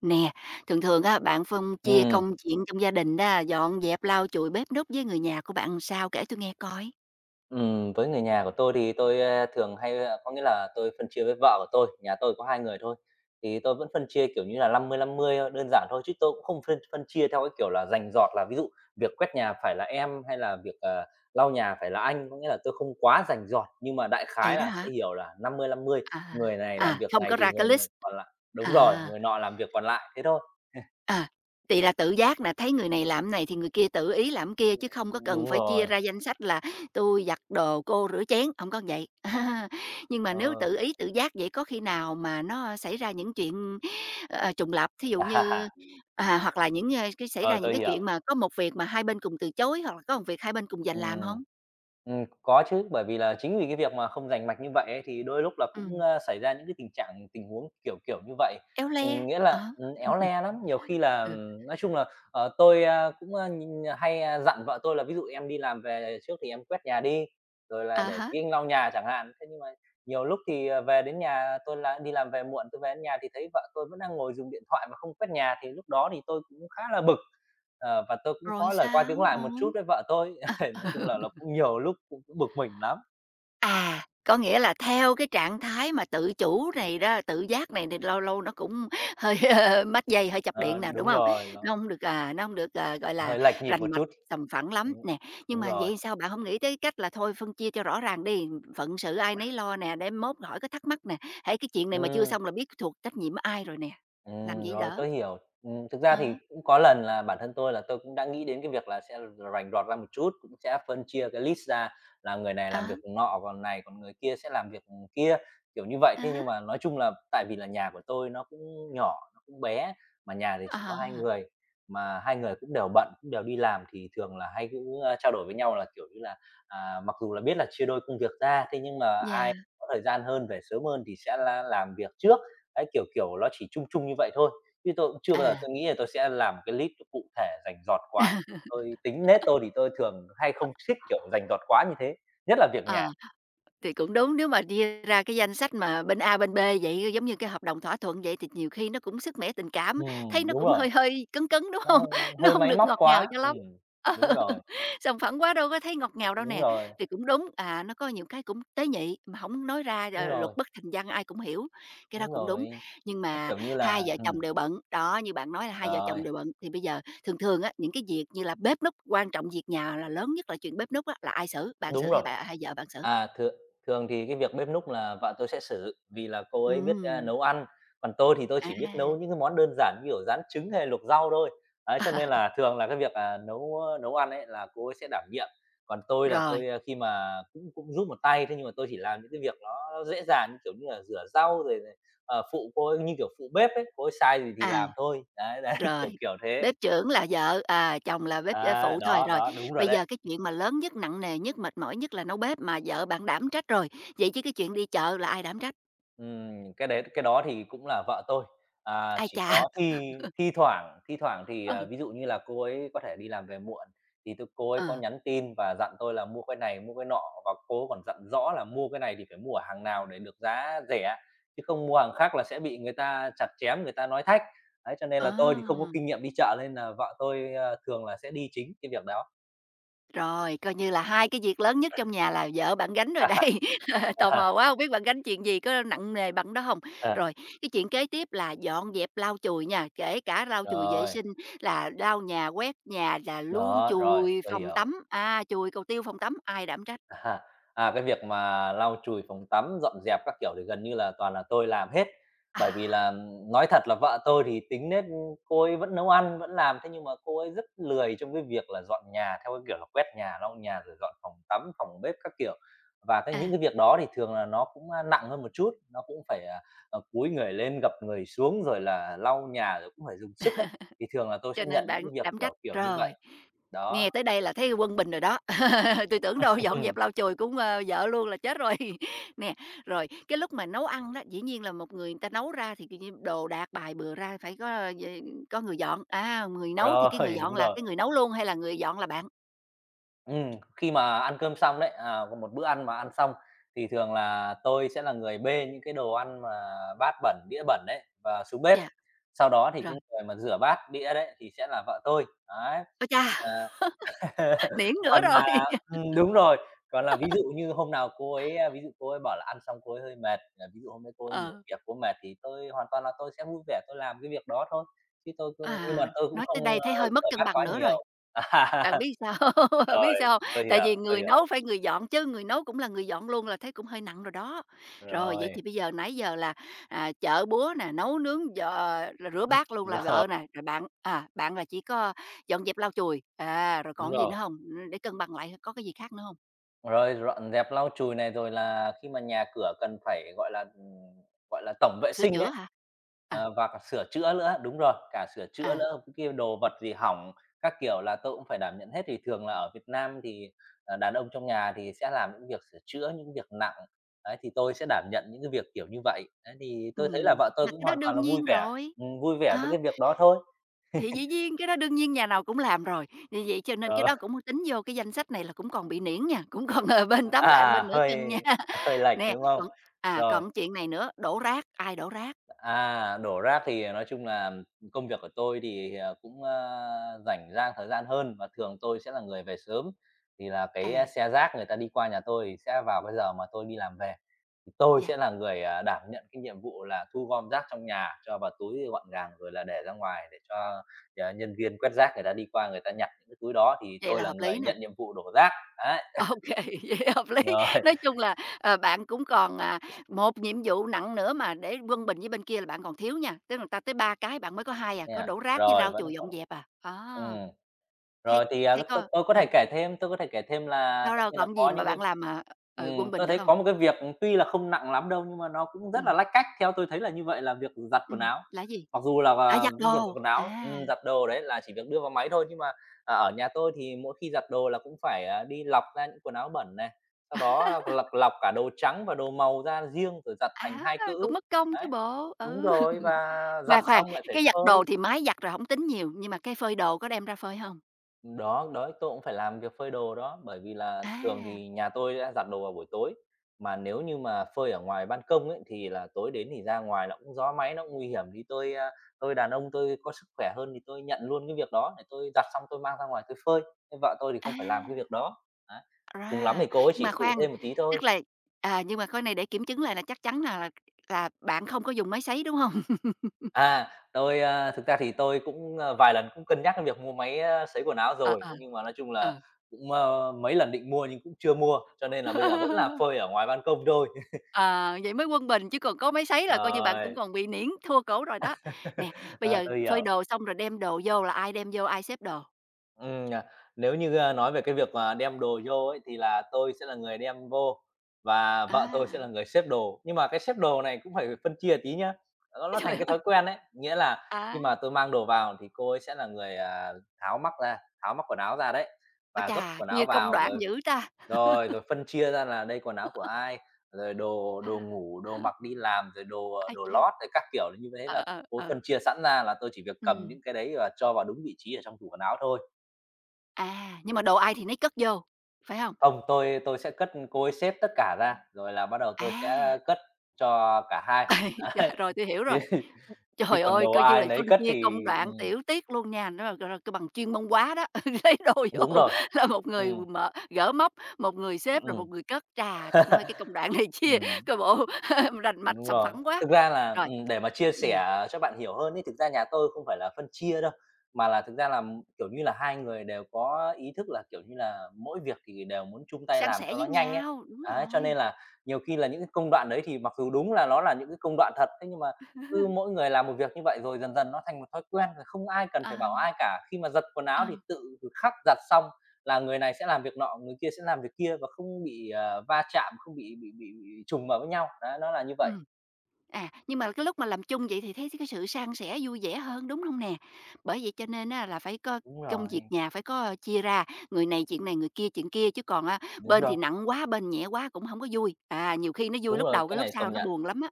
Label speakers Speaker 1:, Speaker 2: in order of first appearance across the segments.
Speaker 1: Nè, thường thường á, bạn phân chia
Speaker 2: Ừm,
Speaker 1: công chuyện trong gia đình đó, dọn dẹp, lau chùi, bếp núc với người nhà của bạn làm sao? Kể tôi nghe coi.
Speaker 2: với người nhà của tôi thì thường hay, có nghĩa là tôi phân chia với vợ của tôi, nhà tôi có 2 người thôi, thì tôi vẫn phân chia, kiểu như là 50-50 thôi, đơn giản thôi, chứ tôi cũng không phân phân chia theo cái kiểu là rành rọt, là ví dụ việc quét nhà phải là em hay là việc lau nhà phải là anh. Có nghĩa là tôi không quá rành rọt, nhưng mà đại
Speaker 1: Vậy
Speaker 2: khái
Speaker 1: đó
Speaker 2: là
Speaker 1: hả?
Speaker 2: sẽ hiểu là năm mươi năm mươi,
Speaker 1: À,
Speaker 2: người này làm
Speaker 1: à,
Speaker 2: việc
Speaker 1: không
Speaker 2: này
Speaker 1: có
Speaker 2: thì
Speaker 1: ra cái
Speaker 2: người người
Speaker 1: list.
Speaker 2: còn lại. Đúng rồi,
Speaker 1: À.
Speaker 2: người nọ làm việc còn lại, thế thôi.
Speaker 1: À, thì là tự giác là thấy người này làm này thì người kia tự ý làm kia chứ không
Speaker 2: Ừ.
Speaker 1: có cần
Speaker 2: Đúng
Speaker 1: phải chia
Speaker 2: rồi.
Speaker 1: ra danh sách là tôi giặt đồ, cô rửa chén", không có vậy. Nhưng mà nếu
Speaker 2: ờ,
Speaker 1: tự ý, tự giác vậy có khi nào mà nó xảy ra những chuyện, trùng lặp, thí dụ như
Speaker 2: à,
Speaker 1: hoặc là những, cái xảy ra
Speaker 2: rồi,
Speaker 1: những
Speaker 2: tôi
Speaker 1: cái
Speaker 2: hiểu.
Speaker 1: chuyện mà có một việc mà hai bên cùng từ chối hoặc là có một việc hai bên cùng giành làm
Speaker 2: Ừm.
Speaker 1: không?
Speaker 2: Có chứ, bởi vì là chính vì cái việc mà không rành mạch như vậy ấy, thì đôi lúc là cũng,
Speaker 1: Ừm.
Speaker 2: a, xảy ra những cái tình trạng, tình huống kiểu kiểu như vậy.
Speaker 1: Éo le,
Speaker 2: Nghĩa là, éo le lắm, nhiều khi là,
Speaker 1: Ừ.
Speaker 2: nói chung là, tôi, a, cũng, a, nh hay, a, dặn vợ tôi là ví dụ "Em đi làm về trước thì em quét nhà đi, rồi là
Speaker 1: À
Speaker 2: để
Speaker 1: hả?
Speaker 2: tí anh lau nhà" chẳng hạn. Thế nhưng mà nhiều lúc thì, về đến nhà tôi là đi làm về muộn, tôi về đến nhà thì thấy vợ tôi vẫn đang ngồi dùng điện thoại mà không quét nhà, thì lúc đó thì tôi cũng khá là bực. Và tôi cũng
Speaker 1: Rồi
Speaker 2: có lời qua
Speaker 1: sao?
Speaker 2: tiếng
Speaker 1: Ồ.
Speaker 2: lại một chút với vợ tôi. Thì nói chung là nó cũng nhiều lúc cũng cũng bực mình lắm.
Speaker 1: À, có nghĩa là theo cái trạng thái mà tự chủ này đó, tự giác này thì lâu lâu nó cũng hơi mắc dây, hơi chập điện
Speaker 2: Ờ,
Speaker 1: nè, đúng
Speaker 2: đúng
Speaker 1: không?
Speaker 2: rồi, nó
Speaker 1: Nó không được gọi là,
Speaker 2: hơi lạch nhịp
Speaker 1: rành
Speaker 2: một
Speaker 1: mạch,
Speaker 2: chút.
Speaker 1: sòng phẳng lắm
Speaker 2: Đúng,
Speaker 1: nè. Nhưng
Speaker 2: đúng
Speaker 1: mà
Speaker 2: rồi.
Speaker 1: vậy sao bạn không nghĩ tới cách là thôi phân chia cho rõ ràng đi, phận sự ai nấy lo nè, để mốt hỏi cái thắc mắc nè, hễ cái chuyện này mà chưa
Speaker 2: Ừm.
Speaker 1: xong là biết thuộc trách nhiệm ai rồi nè, làm vậy
Speaker 2: Rồi,
Speaker 1: đỡ.
Speaker 2: tôi hiểu. Thực ra thì
Speaker 1: Ờ,
Speaker 2: cũng có lần là bản thân tôi là tôi cũng đã nghĩ đến cái việc là sẽ rành rọt ra một chút, cũng sẽ phân chia cái list ra là người này làm
Speaker 1: ờ,
Speaker 2: việc nọ, còn này, còn người kia sẽ làm việc kia, kiểu như vậy. Thế
Speaker 1: à
Speaker 2: nhưng mà nói chung là tại vì là nhà của tôi nó cũng nhỏ, nó cũng bé, mà nhà thì
Speaker 1: à
Speaker 2: chỉ có 2
Speaker 1: ờ,
Speaker 2: người, mà 2 người cũng đều bận, cũng đều đi làm thì thường là hay cũng trao đổi với nhau là, kiểu như là, mặc dù là biết là chia đôi công việc ra, thế nhưng mà
Speaker 1: yeah,
Speaker 2: ai có thời gian hơn, về sớm hơn thì sẽ là làm việc trước. Đấy, kiểu, nó chỉ chung chung như vậy thôi, chứ tôi cũng chưa bao giờ
Speaker 1: à.
Speaker 2: tôi nghĩ là tôi sẽ làm cái list cụ thể rành rọt quá. Tôi tính nết tôi thì tôi thường hay không thích, kiểu, rành rọt quá như thế, nhất là việc nhà.
Speaker 1: Ờ. Thì cũng đúng, nếu mà chia ra cái danh sách mà bên A, bên B vậy, giống như cái hợp đồng thỏa thuận vậy, thì nhiều khi nó cũng sức mẻ tình cảm, thấy nó
Speaker 2: Đúng
Speaker 1: cũng
Speaker 2: rồi,
Speaker 1: hơi hơi cấn cấn, đúng
Speaker 2: nó
Speaker 1: không?
Speaker 2: hơi
Speaker 1: Nó
Speaker 2: hơi
Speaker 1: không
Speaker 2: máy
Speaker 1: được
Speaker 2: móc
Speaker 1: ngọt ngào
Speaker 2: quá.
Speaker 1: cho lắm. Ờ,
Speaker 2: Đúng rồi,
Speaker 1: sòng phẳng quá đâu có thấy ngọt ngào đâu
Speaker 2: đúng
Speaker 1: nè.
Speaker 2: rồi,
Speaker 1: Thì cũng đúng, nó có những cái cũng tế nhị, mà không nói ra,
Speaker 2: đúng
Speaker 1: luật
Speaker 2: rồi,
Speaker 1: bất thành văn ai cũng hiểu, cái đó
Speaker 2: đúng
Speaker 1: cũng đúng.
Speaker 2: rồi.
Speaker 1: Nhưng
Speaker 2: Cái
Speaker 1: mà
Speaker 2: kiểu như là
Speaker 1: hai vợ chồng đều bận, đó, như bạn nói là hai vợ chồng
Speaker 2: rồi,
Speaker 1: đều bận, thì bây giờ thường thường á, những cái việc như là bếp núc, quan trọng việc nhà là lớn nhất là chuyện bếp núc á, là ai xử? Bạn xử
Speaker 2: đúng
Speaker 1: hay
Speaker 2: rồi.
Speaker 1: bà hay vợ bạn xử?
Speaker 2: À, thường thường thì cái việc bếp núc là vợ tôi sẽ xử, vì là cô ấy biết
Speaker 1: Ừm.
Speaker 2: nấu ăn, còn tôi thì tôi
Speaker 1: À,
Speaker 2: chỉ biết nấu những cái món đơn giản như kiểu rán trứng hay luộc rau thôi. Đấy cho nên là thường là cái việc nấu ăn ấy là cô ấy sẽ đảm nhiệm, còn tôi là
Speaker 1: rồi,
Speaker 2: tôi khi mà cũng cũng giúp một tay, thế nhưng mà tôi chỉ làm những cái việc nó dễ dàng, như kiểu như là rửa rau rồi là, phụ cô ấy, như kiểu, phụ bếp ấy, cô ấy sai gì thì
Speaker 1: à,
Speaker 2: làm thôi. Đấy, đấy,
Speaker 1: rồi,
Speaker 2: kiểu, kiểu thế.
Speaker 1: bếp trưởng là vợ, chồng là bếp,
Speaker 2: Á,
Speaker 1: phụ thôi,
Speaker 2: đó,
Speaker 1: rồi.
Speaker 2: đó, đúng rồi
Speaker 1: Bây
Speaker 2: đấy.
Speaker 1: giờ cái chuyện mà lớn nhất, nặng nề nhất, mệt mỏi nhất là nấu bếp mà vợ bạn đảm trách rồi, vậy chứ cái chuyện đi chợ là ai đảm trách?
Speaker 2: Cái đó thì cũng là vợ tôi,
Speaker 1: Ai
Speaker 2: chỉ
Speaker 1: chà!
Speaker 2: có thi thi thoảng thì,
Speaker 1: Ờ,
Speaker 2: ví dụ như là cô ấy có thể đi làm về muộn, thì cô ấy có
Speaker 1: ờ,
Speaker 2: nhắn tin và dặn tôi là mua cái này, mua cái nọ, và cô ấy còn dặn rõ là mua cái này thì phải mua ở hàng nào để được giá rẻ, chứ không mua hàng khác là sẽ bị người ta chặt chém, người ta nói thách. Đấy, cho nên
Speaker 1: ờ.
Speaker 2: là tôi thì không có kinh nghiệm đi chợ nên là vợ tôi thường là sẽ đi chính cái việc đó.
Speaker 1: Rồi, coi như là hai cái việc lớn nhất trong nhà là vợ bạn gánh rồi đây. Tò
Speaker 2: À,
Speaker 1: mò quá, không biết bạn gánh chuyện gì, có nặng nề bằng đó không?
Speaker 2: à,
Speaker 1: Rồi, cái chuyện kế tiếp là dọn dẹp lau chùi nha, kể cả lau chùi vệ
Speaker 2: rồi,
Speaker 1: sinh là lau nhà, quét nhà, là luôn
Speaker 2: đó, rồi,
Speaker 1: chùi
Speaker 2: tôi
Speaker 1: phòng
Speaker 2: hiểu.
Speaker 1: tắm, chùi cầu tiêu phòng tắm, ai đảm trách?
Speaker 2: À, à, cái việc mà lau chùi phòng tắm, dọn dẹp các kiểu thì gần như là toàn là tôi làm hết.
Speaker 1: À,
Speaker 2: Bởi vì là, nói thật là vợ tôi thì tính nết, cô ấy vẫn nấu ăn, vẫn làm, thế nhưng mà cô ấy rất lười trong cái việc là dọn nhà theo cái kiểu là quét nhà, lau nhà, rồi dọn phòng tắm, phòng bếp các kiểu. Và cái những
Speaker 1: à.
Speaker 2: cái việc đó thì thường là nó cũng nặng hơn một chút, nó cũng phải cúi người lên, gập người xuống, rồi là lau nhà, rồi cũng phải dùng sức ấy, thì thường là tôi
Speaker 1: Cho
Speaker 2: sẽ nhận
Speaker 1: nên
Speaker 2: những
Speaker 1: bạn
Speaker 2: cái việc
Speaker 1: đảm trách.
Speaker 2: kiểu kiểu như vậy.
Speaker 1: Rồi, nghe
Speaker 2: Đó.
Speaker 1: tới đây là thấy quân bình rồi đó. Tôi tưởng đâu dọn dẹp lau chùi cũng, vợ luôn là chết rồi. Nè, rồi cái lúc mà nấu ăn đó, dĩ nhiên là một người người ta nấu ra thì tự đồ đạc bài bừa ra phải có người dọn. À, người nấu thì cái người
Speaker 2: Rồi,
Speaker 1: dọn
Speaker 2: đúng
Speaker 1: là
Speaker 2: rồi.
Speaker 1: cái người nấu luôn hay là người dọn là bạn?
Speaker 2: Ừm, khi mà ăn cơm xong đấy, có một bữa ăn mà ăn xong thì thường là tôi sẽ là người bê những cái đồ ăn mà bát bẩn, đĩa bẩn đấy và xuống bếp.
Speaker 1: Dạ.
Speaker 2: Sau đó thì
Speaker 1: Rồi,
Speaker 2: cái người mà rửa bát, đĩa đấy thì sẽ là vợ tôi, đấy.
Speaker 1: ôi cha,
Speaker 2: Ờ,
Speaker 1: niễn nữa
Speaker 2: còn
Speaker 1: rồi.
Speaker 2: là đúng rồi, còn là ví dụ như hôm nào cô ấy, ví dụ cô ấy bảo là ăn xong cô ấy hơi mệt, ví dụ hôm nay cô ấy nhiều
Speaker 1: Ờ,
Speaker 2: việc, cô ấy mệt thì tôi hoàn toàn là tôi sẽ vui vẻ tôi làm cái việc đó thôi, chứ tôi cứ nhưng mà tôi cũng
Speaker 1: nói tới
Speaker 2: không,
Speaker 1: đây thấy hơi mất
Speaker 2: rửa
Speaker 1: cân
Speaker 2: bát
Speaker 1: bằng
Speaker 2: quá
Speaker 1: nữa rồi.
Speaker 2: nhiều.
Speaker 1: Bạn biết sao hông? Bạn
Speaker 2: rồi,
Speaker 1: biết sao hông?
Speaker 2: tôi
Speaker 1: Tại
Speaker 2: hiểu,
Speaker 1: vì
Speaker 2: tôi
Speaker 1: người
Speaker 2: hiểu.
Speaker 1: nấu phải người dọn chứ, người nấu cũng là người dọn luôn là thấy cũng hơi nặng rồi đó. Rồi, vậy
Speaker 2: Rồi,
Speaker 1: thì bây giờ nãy giờ là, chợ búa nè, nấu nướng, rồi rửa bát luôn là
Speaker 2: rồi,
Speaker 1: vợ nè, rồi bạn là chỉ có dọn dẹp, lau chùi, rồi
Speaker 2: đúng
Speaker 1: còn gì
Speaker 2: rồi.
Speaker 1: nữa hông? Để cân bằng lại có cái gì khác nữa hông?
Speaker 2: Rồi dọn dẹp lau chùi này, rồi là khi mà nhà cửa cần phải, gọi là tổng vệ
Speaker 1: Sửa
Speaker 2: sinh
Speaker 1: chữa
Speaker 2: đấy,
Speaker 1: hả? À,
Speaker 2: và cả sửa chữa nữa, đúng rồi, cả sửa chữa
Speaker 1: à,
Speaker 2: nữa, cái kia đồ vật gì hỏng các kiểu là tôi cũng phải đảm nhận hết. Thì thường là ở Việt Nam thì, đàn ông trong nhà thì sẽ làm những việc sửa chữa, những việc nặng, đấy, thì tôi sẽ đảm nhận những cái việc kiểu như vậy. Đấy, thì tôi thấy là vợ tôi
Speaker 1: mà
Speaker 2: cũng
Speaker 1: cái đó
Speaker 2: hoàn toàn
Speaker 1: đương
Speaker 2: là
Speaker 1: nhiên rồi.
Speaker 2: vui vẻ với
Speaker 1: Ờ.
Speaker 2: cái việc đó thôi.
Speaker 1: Thì dĩ nhiên, cái đó đương nhiên nhà nào cũng làm rồi, vì vậy cho nên cái
Speaker 2: Ờ,
Speaker 1: đó cũng tính vô cái danh sách này là cũng còn bị niễn nha, cũng còn, bên tấm lạng bên nửa cân
Speaker 2: hơi
Speaker 1: nha.
Speaker 2: hơi lệch,
Speaker 1: Nè,
Speaker 2: đúng không?
Speaker 1: còn
Speaker 2: Rồi.
Speaker 1: còn chuyện này nữa, đổ rác, ai đổ rác?
Speaker 2: À, đổ rác thì nói chung là công việc của tôi thì cũng rảnh rang thời gian hơn và thường tôi sẽ là người về sớm. Thì là cái, a,
Speaker 1: À,
Speaker 2: xe rác người ta đi qua nhà tôi thì sẽ vào cái giờ mà tôi đi làm về, thì tôi
Speaker 1: yeah,
Speaker 2: sẽ là người đảm nhận cái nhiệm vụ là thu gom rác trong nhà, cho vào túi gọn gàng rồi là để ra ngoài để cho nhân viên quét rác người ta đi qua người ta nhặt những cái túi đó thì
Speaker 1: vậy
Speaker 2: tôi
Speaker 1: là
Speaker 2: là
Speaker 1: hợp lý
Speaker 2: người
Speaker 1: nè,
Speaker 2: nhận nhiệm vụ đổ rác, đấy.
Speaker 1: ok. Vậy hợp lý.
Speaker 2: Rồi.
Speaker 1: Nói chung là, bạn cũng còn, một nhiệm vụ nặng nữa mà để quân bình với bên kia là bạn còn thiếu nha, tức là người ta tới 3 cái bạn mới có 2 à,
Speaker 2: Thế
Speaker 1: có
Speaker 2: à?
Speaker 1: đổ rác với
Speaker 2: Rồi,
Speaker 1: lau
Speaker 2: vẫn
Speaker 1: chùi dọn
Speaker 2: còn
Speaker 1: dẹp à. Đó,
Speaker 2: ừm.
Speaker 1: thấy
Speaker 2: Rồi thì,
Speaker 1: thấy có ừ,
Speaker 2: tôi có thể kể thêm là
Speaker 1: đâu,
Speaker 2: tất
Speaker 1: đâu
Speaker 2: nhiên là
Speaker 1: còn gì
Speaker 2: có
Speaker 1: mà
Speaker 2: những cái
Speaker 1: bạn làm mà, quân bình
Speaker 2: tôi
Speaker 1: được
Speaker 2: thấy
Speaker 1: không?
Speaker 2: có một cái việc tuy là không nặng lắm đâu, nhưng mà nó cũng rất là
Speaker 1: Ừm.
Speaker 2: lách cách, theo tôi thấy là như vậy là việc giặt quần áo.
Speaker 1: Là gì?
Speaker 2: Mặc dù là,
Speaker 1: À, giặt
Speaker 2: cái việc giặt
Speaker 1: đồ,
Speaker 2: quần áo
Speaker 1: à,
Speaker 2: giặt đồ đấy là chỉ việc đưa vào máy thôi, nhưng mà, ở nhà tôi thì mỗi khi giặt đồ là cũng phải đi lọc ra những quần áo bẩn này, sau đó còn lọc lọc cả đồ trắng và đồ màu ra riêng rồi giặt thành
Speaker 1: à,
Speaker 2: 2
Speaker 1: cũng
Speaker 2: cữ.
Speaker 1: mất công chứ
Speaker 2: Đấy,
Speaker 1: bộ,
Speaker 2: đúng
Speaker 1: ừ.
Speaker 2: rồi, và giặt
Speaker 1: Khoan, khoan,
Speaker 2: xong lại phải
Speaker 1: cái giặt đồ
Speaker 2: phơi.
Speaker 1: thì máy giặt rồi không tính nhiều, nhưng mà cái phơi đồ có đem ra phơi không?
Speaker 2: Đó, đó tôi cũng phải làm việc phơi đồ đó, bởi vì là thường
Speaker 1: À,
Speaker 2: thì nhà tôi đã giặt đồ vào buổi tối, mà nếu như mà phơi ở ngoài ban công ấy, thì là tối đến thì ra ngoài nó cũng gió máy, nó cũng nguy hiểm thì tôi đàn ông tôi có sức khỏe hơn thì tôi nhận luôn cái việc đó để tôi giặt xong tôi mang ra ngoài tôi phơi, nhưng vợ tôi thì
Speaker 1: à,
Speaker 2: không phải làm cái việc đó. Đấy, cùng lắm
Speaker 1: ra
Speaker 2: thì cô ấy
Speaker 1: nhưng
Speaker 2: chỉ
Speaker 1: mà
Speaker 2: phụ
Speaker 1: khoan,
Speaker 2: thêm một tí thôi.
Speaker 1: tức là nhưng mà cái này để kiểm chứng lại là chắc chắn là là bạn không có dùng máy sấy, đúng không?
Speaker 2: À, thực ra thì tôi cũng vài lần cũng cân nhắc cái việc mua máy sấy quần áo
Speaker 1: Ờ,
Speaker 2: rồi,
Speaker 1: ờ,
Speaker 2: thế nhưng mà nói chung là
Speaker 1: ờ.
Speaker 2: cũng mấy lần định mua nhưng cũng chưa mua, cho nên là bây giờ vẫn là phơi ở ngoài ban công thôi.
Speaker 1: Ờ, vậy mới quân bình chứ còn có máy sấy là coi như bạn cũng
Speaker 2: Rồi,
Speaker 1: còn bị niễn thua cổ rồi đó. Nè, bây
Speaker 2: ờ,
Speaker 1: giờ
Speaker 2: tôi
Speaker 1: phơi
Speaker 2: hiểu.
Speaker 1: đồ xong rồi đem đồ vô là ai đem vô ai xếp đồ?
Speaker 2: Ừm, à, nếu như, nói về cái việc mà đem đồ vô ấy, thì là tôi sẽ là người đem vô và vợ tôi
Speaker 1: À.
Speaker 2: sẽ là người xếp đồ. Nhưng mà cái xếp đồ này cũng phải phân chia tí nhá, nó
Speaker 1: Trời
Speaker 2: thành cái
Speaker 1: ơi!
Speaker 2: thói quen đấy. Nghĩa là
Speaker 1: À,
Speaker 2: khi mà tôi mang đồ vào thì cô ấy sẽ là người, tháo mắc ra, tháo mắc quần áo ra đấy,
Speaker 1: ái
Speaker 2: và gấp
Speaker 1: chà,
Speaker 2: quần áo
Speaker 1: chia công
Speaker 2: vào
Speaker 1: đoạn
Speaker 2: rồi
Speaker 1: dữ ta!
Speaker 2: rồi, rồi phân chia ra là đây quần áo của ai, rồi đồ
Speaker 1: À,
Speaker 2: đồ ngủ, đồ mặc đi làm, rồi đồ,
Speaker 1: ái
Speaker 2: đồ
Speaker 1: chà!
Speaker 2: lót rồi các kiểu như thế
Speaker 1: Ờ,
Speaker 2: là
Speaker 1: ờ,
Speaker 2: cô ấy
Speaker 1: ờ,
Speaker 2: phân chia sẵn ra là tôi chỉ việc cầm
Speaker 1: ừm,
Speaker 2: những cái đấy và cho vào đúng vị trí ở trong tủ quần áo thôi.
Speaker 1: nhưng mà đồ ai thì nấy cất vô, phải hông?
Speaker 2: Không, tôi sẽ cất, cô ấy xếp tất cả ra, rồi là bắt đầu tôi
Speaker 1: À,
Speaker 2: sẽ cất cho cả hai.
Speaker 1: ây
Speaker 2: Đấy,
Speaker 1: chà, rồi tui hiểu
Speaker 2: chứ
Speaker 1: rồi.
Speaker 2: chứ
Speaker 1: Trời
Speaker 2: còn
Speaker 1: ơi,
Speaker 2: đồ
Speaker 1: coi như
Speaker 2: ai
Speaker 1: là
Speaker 2: nấy
Speaker 1: phân
Speaker 2: cất
Speaker 1: chia
Speaker 2: thì
Speaker 1: công đoạn tiểu tiết luôn nha, nó là, gọi là, bằng chuyên môn quá đó, lấy đồ
Speaker 2: đúng
Speaker 1: vô
Speaker 2: rồi,
Speaker 1: là một người
Speaker 2: ừm,
Speaker 1: mở gỡ móc, một người xếp, rồi
Speaker 2: ừm.
Speaker 1: một người cất. Chà, ta nói cái công đoạn này chia
Speaker 2: Ừm.
Speaker 1: coi bộ rành mạch,
Speaker 2: Đúng
Speaker 1: sòng
Speaker 2: rồi.
Speaker 1: phẳng quá.
Speaker 2: Thực ra là,
Speaker 1: Rồi,
Speaker 2: để mà chia
Speaker 1: ừm,
Speaker 2: sẻ cho bạn hiểu hơn ấy, thực ra nhà tôi không phải là phân chia đâu, mà là thực ra là, kiểu như là, hai người đều có ý thức là, kiểu như là, mỗi việc thì đều muốn chung tay
Speaker 1: san
Speaker 2: làm
Speaker 1: sẻ
Speaker 2: cho nó
Speaker 1: với
Speaker 2: nhanh ấy.
Speaker 1: nhau, đúng
Speaker 2: Đấy, cho
Speaker 1: rồi,
Speaker 2: nên là nhiều khi là những cái công đoạn đấy thì mặc dù đúng là nó là những cái công đoạn thật, thế nhưng mà cứ mỗi người làm một việc như vậy rồi dần dần nó thành một thói quen rồi không ai cần
Speaker 1: ờ.
Speaker 2: phải bảo ai cả. Khi mà giặt quần áo
Speaker 1: À,
Speaker 2: thì tự khắc giặt xong là người này sẽ làm việc nọ, người kia sẽ làm việc kia và không bị, va chạm, không bị trùng vào với nhau. Đấy, nó là như vậy.
Speaker 1: ừm. À, nhưng mà cái lúc mà làm chung vậy thì thấy cái sự san sẻ vui vẻ hơn, đúng không nè? Bởi vậy cho nên á là phải có
Speaker 2: Đúng
Speaker 1: công việc
Speaker 2: rồi,
Speaker 1: nhà phải có chia ra, người này chuyện này, người kia chuyện kia, chứ còn á,
Speaker 2: đúng
Speaker 1: bên thì
Speaker 2: rồi,
Speaker 1: nặng quá, bên nhẹ quá cũng không có vui. À, nhiều khi nó vui
Speaker 2: đúng
Speaker 1: lúc
Speaker 2: rồi,
Speaker 1: đầu,
Speaker 2: cái
Speaker 1: cái lúc
Speaker 2: này
Speaker 1: sau
Speaker 2: công
Speaker 1: nó
Speaker 2: nhận,
Speaker 1: buồn lắm á.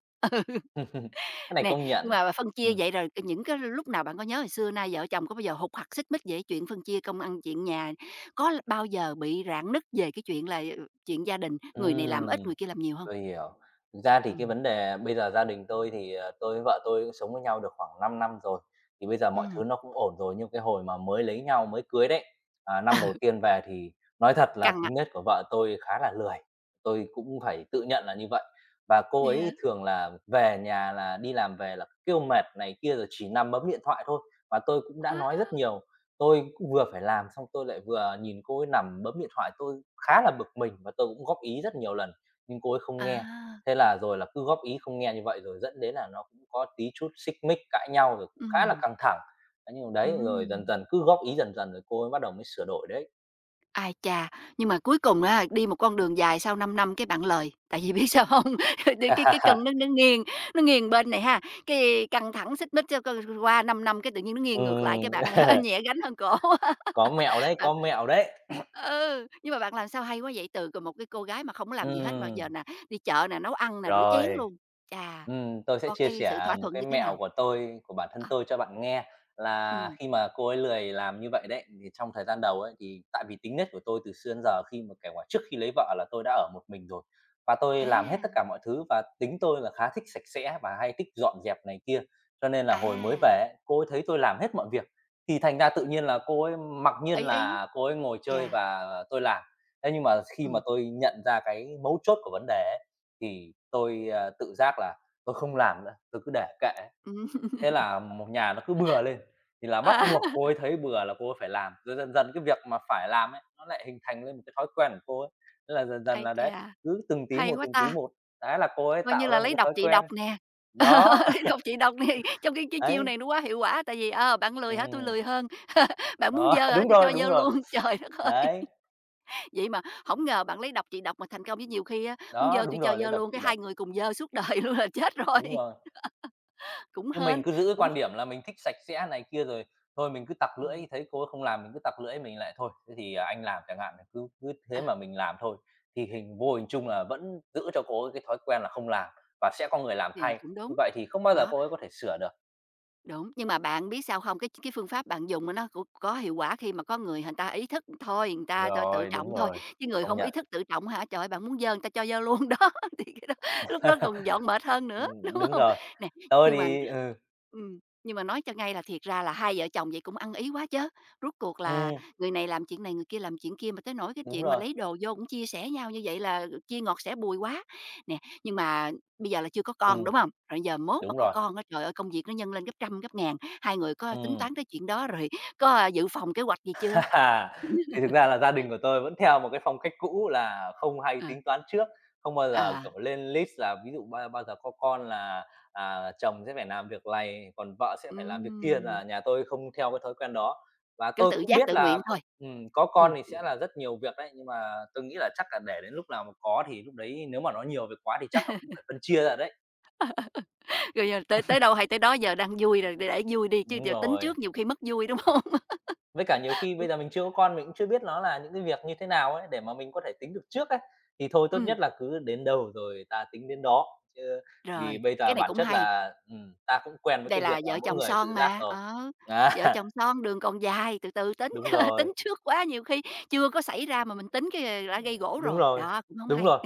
Speaker 2: cái này
Speaker 1: Nè,
Speaker 2: công
Speaker 1: nhưng
Speaker 2: nhận.
Speaker 1: mà bà phân chia
Speaker 2: Ừm,
Speaker 1: vậy rồi những cái lúc nào bạn có nhớ hồi xưa nay vợ chồng có bao giờ hụt hặc, xích mích về chuyện phân chia công ăn chuyện nhà, có bao giờ bị rạn nứt về cái chuyện là, chuyện gia đình, người này làm ít,
Speaker 2: ừm.
Speaker 1: người kia làm nhiều không?
Speaker 2: Tôi hiểu. Thực ra thì cái
Speaker 1: Ừm,
Speaker 2: vấn đề bây giờ gia đình tôi thì, ờ, tôi với vợ tôi sống với nhau được khoảng 5 năm rồi, thì bây giờ mọi
Speaker 1: ừ,
Speaker 2: thứ nó cũng ổn rồi. Nhưng cái hồi mà mới lấy nhau, mới cưới đấy, à, năm đầu tiên về thì nói thật là
Speaker 1: căng.
Speaker 2: tính nết của vợ tôi khá là lười, tôi cũng phải tự nhận là như vậy. Và cô
Speaker 1: Yeah.
Speaker 2: ấy thường là về nhà là đi làm về là kêu mệt này kia, rồi chỉ nằm bấm điện thoại thôi. Và tôi cũng đã nói
Speaker 1: À
Speaker 2: rất nhiều, tôi cũng vừa phải làm xong tôi lại vừa nhìn cô ấy nằm bấm điện thoại, tôi khá là bực mình và tôi cũng góp ý rất nhiều lần nhưng cô ấy không nghe.
Speaker 1: à,
Speaker 2: Thế là rồi là cứ góp ý không nghe như vậy rồi dẫn đến là nó cũng có tí chút xích mích, cãi nhau rồi cũng khá là
Speaker 1: ừm,
Speaker 2: căng thẳng. Thế nhưng mà đấy, rồi dần
Speaker 1: ừm.
Speaker 2: dần cứ góp ý dần dần rồi cô ấy bắt đầu mới sửa đổi đấy.
Speaker 1: Ai chà, nhưng mà cuối cùng á, đi một con đường dài sau 5 năm cái bạn lời tại vì biết sao hông? Cái cân nó nó nghiêng, nó nghiêng bên này ha, cái căng thẳng xích mích cái qua 5 năm cái tự nhiên nó nghiêng ngược lại
Speaker 2: Ừm,
Speaker 1: cái bạn nhẹ gánh hơn cổ.
Speaker 2: có mẹo đấy,
Speaker 1: Bạn
Speaker 2: có mẹo đấy.
Speaker 1: ừ, nhưng mà bạn làm sao hay quá vậy? Từ một cái cô gái mà không có làm gì hết mà
Speaker 2: Ừm,
Speaker 1: giờ nè, đi chợ nè, nấu ăn nè, rửa chén
Speaker 2: rồi.
Speaker 1: luôn. Chà,
Speaker 2: Tôi sẽ
Speaker 1: có
Speaker 2: chia
Speaker 1: cái sự
Speaker 2: sẻ
Speaker 1: thỏa
Speaker 2: một
Speaker 1: thuận
Speaker 2: cái
Speaker 1: như thế
Speaker 2: mẹo
Speaker 1: nào?
Speaker 2: của tôi, của bản thân
Speaker 1: Ờ,
Speaker 2: tôi cho bạn nghe là
Speaker 1: ừm,
Speaker 2: khi mà cô ấy lười làm như vậy đấy, thì trong thời gian đầu ấy, thì tại vì tính nết của tôi từ xưa đến giờ khi mà kể cả trước khi lấy vợ là tôi đã ở một mình rồi và tôi
Speaker 1: à,
Speaker 2: làm hết tất cả mọi thứ và tính tôi là khá thích sạch sẽ và hay thích dọn dẹp này kia. Cho nên là hồi mới
Speaker 1: à,
Speaker 2: về ấy, cô ấy thấy tôi làm hết mọi việc thì thành ra tự nhiên là cô ấy mặc nhiên
Speaker 1: ý, ý,
Speaker 2: là cô ấy ngồi
Speaker 1: dạ.
Speaker 2: chơi và tôi làm. Thế nhưng mà khi mà
Speaker 1: Ừm,
Speaker 2: tôi nhận ra cái mấu chốt của vấn đề ấy, thì tôi, tự giác là tôi không làm nữa, tôi cứ để kệ.
Speaker 1: ừm.
Speaker 2: Thế là một nhà nó cứ bừa lên, thì là bắt
Speaker 1: À,
Speaker 2: buộc cô ấy thấy bừa là cô ấy phải làm, rồi dần dần cái việc mà phải làm ấy, nó lại hình thành lên một cái thói quen của cô ấy. Thế là dần dần
Speaker 1: ái
Speaker 2: là đấy,
Speaker 1: chà,
Speaker 2: cứ
Speaker 1: hay quá
Speaker 2: từng tí
Speaker 1: ta!
Speaker 2: một, đấy là cô ấy
Speaker 1: Coi như
Speaker 2: tạo
Speaker 1: là
Speaker 2: ra một
Speaker 1: lấy
Speaker 2: cái
Speaker 1: độc
Speaker 2: thói
Speaker 1: trị
Speaker 2: quen.
Speaker 1: độc nè.
Speaker 2: Đó,
Speaker 1: Lấy độc trị độc nè, trong khi cái chiêu
Speaker 2: đấy,
Speaker 1: này nó quá hiệu quả, tại vì, bạn lười hả? Tôi
Speaker 2: ừm,
Speaker 1: lười hơn, bạn muốn
Speaker 2: đó,
Speaker 1: dơ hả? Tui cho
Speaker 2: đúng
Speaker 1: dơ
Speaker 2: rồi,
Speaker 1: luôn. Trời đất ơi!
Speaker 2: đấy,
Speaker 1: Vậy mà không ngờ bạn lấy độc trị độc mà thành công, chứ nhiều khi á, muốn
Speaker 2: đó,
Speaker 1: dơ tui
Speaker 2: đúng
Speaker 1: cho
Speaker 2: rồi, lấy
Speaker 1: dơ
Speaker 2: độc
Speaker 1: luôn, cái
Speaker 2: trị
Speaker 1: hai
Speaker 2: độc,
Speaker 1: người cùng dơ suốt đời luôn là chết rồi.
Speaker 2: đúng rồi.
Speaker 1: Cũng
Speaker 2: Chứ
Speaker 1: hên,
Speaker 2: mình cứ giữ cái
Speaker 1: cũng
Speaker 2: quan điểm là mình thích sạch sẽ này kia rồi thôi mình cứ tặc
Speaker 1: ừm,
Speaker 2: lưỡi, thấy cô ấy không làm mình cứ tặc lưỡi mình lại thôi, thế thì, à, anh làm chẳng hạn, cứ cứ thế
Speaker 1: à,
Speaker 2: mà mình làm thôi. Thì hình vô hình chung là vẫn giữ cho cô ấy cái thói quen là không làm và sẽ có người làm
Speaker 1: thì
Speaker 2: thay,
Speaker 1: cũng
Speaker 2: như
Speaker 1: đúng.
Speaker 2: vậy thì không bao giờ
Speaker 1: Đó.
Speaker 2: cô ấy có thể sửa được.
Speaker 1: Đúng, nhưng mà bạn biết sao không? Cái phương pháp bạn dùng á nó cũng có hiệu quả khi mà có người người ta ý thức thôi, người ta ta tự
Speaker 2: Rồi,
Speaker 1: trọng
Speaker 2: đúng
Speaker 1: thôi,
Speaker 2: rồi,
Speaker 1: chứ người
Speaker 2: công
Speaker 1: không ý
Speaker 2: nhận.
Speaker 1: thức tự trọng hả? Trời ơi, bạn muốn dơ người ta cho dơ luôn đó, thì cái đó lúc đó còn dọn mệt hơn nữa, đúng
Speaker 2: Đúng
Speaker 1: không?
Speaker 2: rồi.
Speaker 1: Nè,
Speaker 2: Tôi
Speaker 1: nhưng mà
Speaker 2: thì ừ,
Speaker 1: ừm, nhưng mà nói cho ngay là thiệt ra là hai vợ chồng vậy cũng ăn ý quá chứ rốt cuộc là
Speaker 2: ừm,
Speaker 1: người này làm chuyện này, người kia làm chuyện kia mà tới nỗi cái
Speaker 2: đúng
Speaker 1: chuyện mà
Speaker 2: rồi,
Speaker 1: lấy đồ vô cũng chia sẻ nhau như vậy là chia ngọt sẻ bùi quá. Nè, nhưng mà bây giờ là chưa có con,
Speaker 2: ừm,
Speaker 1: đúng không? Rồi giờ mốt mà
Speaker 2: đúng
Speaker 1: có
Speaker 2: rồi,
Speaker 1: con á, trời ơi, công việc nó nhân lên gấp trăm, gấp ngàn. Hai người có tính
Speaker 2: ừm.
Speaker 1: toán tới chuyện đó rồi có, dự phòng kế hoạch gì chưa?
Speaker 2: À, thì thực ra là gia đình của tôi vẫn theo một cái phong cách cũ là không hay
Speaker 1: Ờ,
Speaker 2: tính toán trước, không bao giờ,
Speaker 1: à,
Speaker 2: kiểu, lên list là ví dụ bao bao giờ có con là, à, chồng sẽ phải làm việc này, còn vợ sẽ phải làm việc kia,
Speaker 1: ừm,
Speaker 2: là nhà tôi không theo cái thói quen đó. Và
Speaker 1: cứ
Speaker 2: tôi
Speaker 1: tự
Speaker 2: cũng
Speaker 1: giác
Speaker 2: biết
Speaker 1: tự
Speaker 2: là
Speaker 1: nguyện thôi.
Speaker 2: có con
Speaker 1: Ừm,
Speaker 2: thì sẽ là rất nhiều việc đấy, nhưng mà tôi nghĩ là chắc là để đến lúc nào mà có thì lúc đấy nếu mà nó nhiều việc quá thì chắc là cũng phải phân chia ra đấy.
Speaker 1: rồi giờ tới tới đâu hay tới đó, giờ đang vui rồi để vui đi, chứ
Speaker 2: Đúng
Speaker 1: giờ tính
Speaker 2: rồi.
Speaker 1: trước nhiều khi mất vui, đúng không?
Speaker 2: Với cả nhiều khi
Speaker 1: Ừ,
Speaker 2: bây giờ mình chưa có con mình cũng chưa biết nó là những cái việc như thế nào ấy, để mà mình có thể tính được trước ấy, thì thôi tốt
Speaker 1: ừm,
Speaker 2: nhất là cứ đến đâu rồi ta tính đến đó. Chứ vì
Speaker 1: rồi,
Speaker 2: bây
Speaker 1: cái
Speaker 2: giờ
Speaker 1: này
Speaker 2: bản
Speaker 1: cũng
Speaker 2: chất
Speaker 1: hay,
Speaker 2: là, ta cũng quen với
Speaker 1: đây
Speaker 2: cái việc
Speaker 1: là
Speaker 2: là
Speaker 1: vợ
Speaker 2: mỗi
Speaker 1: chồng
Speaker 2: người
Speaker 1: son
Speaker 2: tự giác
Speaker 1: mà,
Speaker 2: rồi. Á,
Speaker 1: vợ chồng son đường còn dài, từ từ tính,
Speaker 2: đúng
Speaker 1: tính
Speaker 2: rồi,
Speaker 1: trước quá nhiều khi chưa có xảy ra mà mình tính cái, đã gây gổ
Speaker 2: đúng
Speaker 1: rồi,
Speaker 2: rồi,
Speaker 1: đó, cũng không
Speaker 2: đúng
Speaker 1: hay.
Speaker 2: rồi,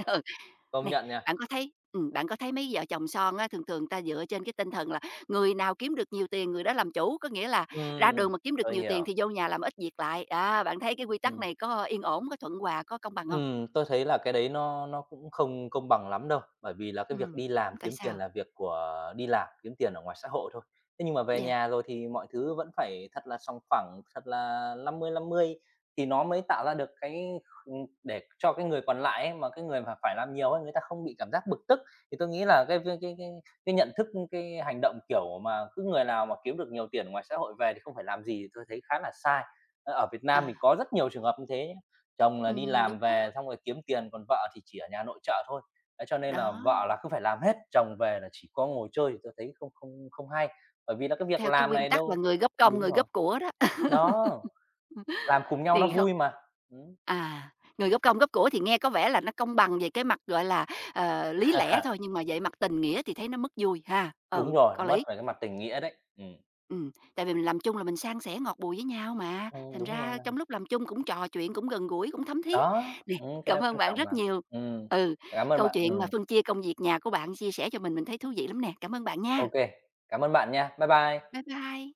Speaker 2: công
Speaker 1: Nè,
Speaker 2: nhận nha.
Speaker 1: bạn có thấy mấy vợ chồng son á, thường thường người ta dựa trên cái tinh thần là người nào kiếm được nhiều tiền người đó làm chủ, có nghĩa là ra
Speaker 2: Ừm,
Speaker 1: đường mà kiếm được
Speaker 2: tôi
Speaker 1: nhiều tiền
Speaker 2: hiểu,
Speaker 1: thì vô nhà làm ít việc lại. À, bạn thấy cái quy tắc
Speaker 2: ừm.
Speaker 1: này có yên ổn, có thuận hòa, có công bằng không?
Speaker 2: Tôi thấy là cái đấy nó cũng không công bằng lắm đâu, bởi vì là cái việc
Speaker 1: Ừm,
Speaker 2: đi làm
Speaker 1: tại
Speaker 2: kiếm tiền
Speaker 1: sao?
Speaker 2: là việc của đi làm, kiếm tiền ở ngoài xã hội thôi. Thế nhưng mà về
Speaker 1: Yeah,
Speaker 2: nhà rồi thì mọi thứ vẫn phải thật là song phẳng, thật là 50/50 thì nó mới tạo ra được cái kh để cho cái người còn lại ấy, mà cái người mà phải làm nhiều ấy, người ta không bị cảm giác bực tức. Thì tôi nghĩ là cái cái cái nhận thức, cái hành động, kiểu, mà cứ người nào mà kiếm được nhiều tiền ngoài xã hội về thì không phải làm gì tôi thấy khá là sai. Ờ, ở Việt
Speaker 1: à,
Speaker 2: Nam mình có rất nhiều trường hợp như thế. Chồng là đi
Speaker 1: đúng
Speaker 2: làm
Speaker 1: đó,
Speaker 2: về xong rồi kiếm tiền, còn vợ thì chỉ ở nhà nội trợ thôi. Đấy, cho nên
Speaker 1: đó,
Speaker 2: là vợ là cứ phải làm hết, chồng về là chỉ có ngồi chơi thì tôi thấy không không không hay, bởi vì là cái việc
Speaker 1: theo cái
Speaker 2: làm
Speaker 1: nguyên
Speaker 2: này
Speaker 1: tắc là
Speaker 2: đâu
Speaker 1: người góp công,
Speaker 2: đúng
Speaker 1: người
Speaker 2: rồi,
Speaker 1: góp của đó,
Speaker 2: đó, làm cùng nhau nó
Speaker 1: thì không.
Speaker 2: vui mà. Ừm.
Speaker 1: À, người góp công góp của thì nghe có vẻ là nó công bằng về cái mặt, gọi là, lý lẽ thôi, nhưng mà về mặt tình nghĩa thì thấy nó mất vui ha. Ừ,
Speaker 2: Đúng rồi,
Speaker 1: có
Speaker 2: nó mất
Speaker 1: lý.
Speaker 2: về cái mặt tình nghĩa đấy. Ừm.
Speaker 1: Tại vì mình làm chung là mình san sẻ ngọt bùi với nhau mà, thành
Speaker 2: Đúng rồi
Speaker 1: ra
Speaker 2: mà.
Speaker 1: trong lúc làm chung cũng trò chuyện, cũng gần gũi, cũng thấm thiết.
Speaker 2: Đó,
Speaker 1: Nè,
Speaker 2: cái
Speaker 1: cảm
Speaker 2: đó
Speaker 1: ơn
Speaker 2: quan
Speaker 1: bạn
Speaker 2: trọng
Speaker 1: rất
Speaker 2: mà.
Speaker 1: nhiều.
Speaker 2: Ừm,
Speaker 1: Ừ,
Speaker 2: cảm ơn
Speaker 1: câu
Speaker 2: bạn,
Speaker 1: chuyện mà phân chia công việc nhà của bạn chia sẻ cho mình thấy thú vị lắm nè. Cảm ơn bạn nha.
Speaker 2: ô cảm ơn bạn nha. Bye bye.
Speaker 1: Bye bye.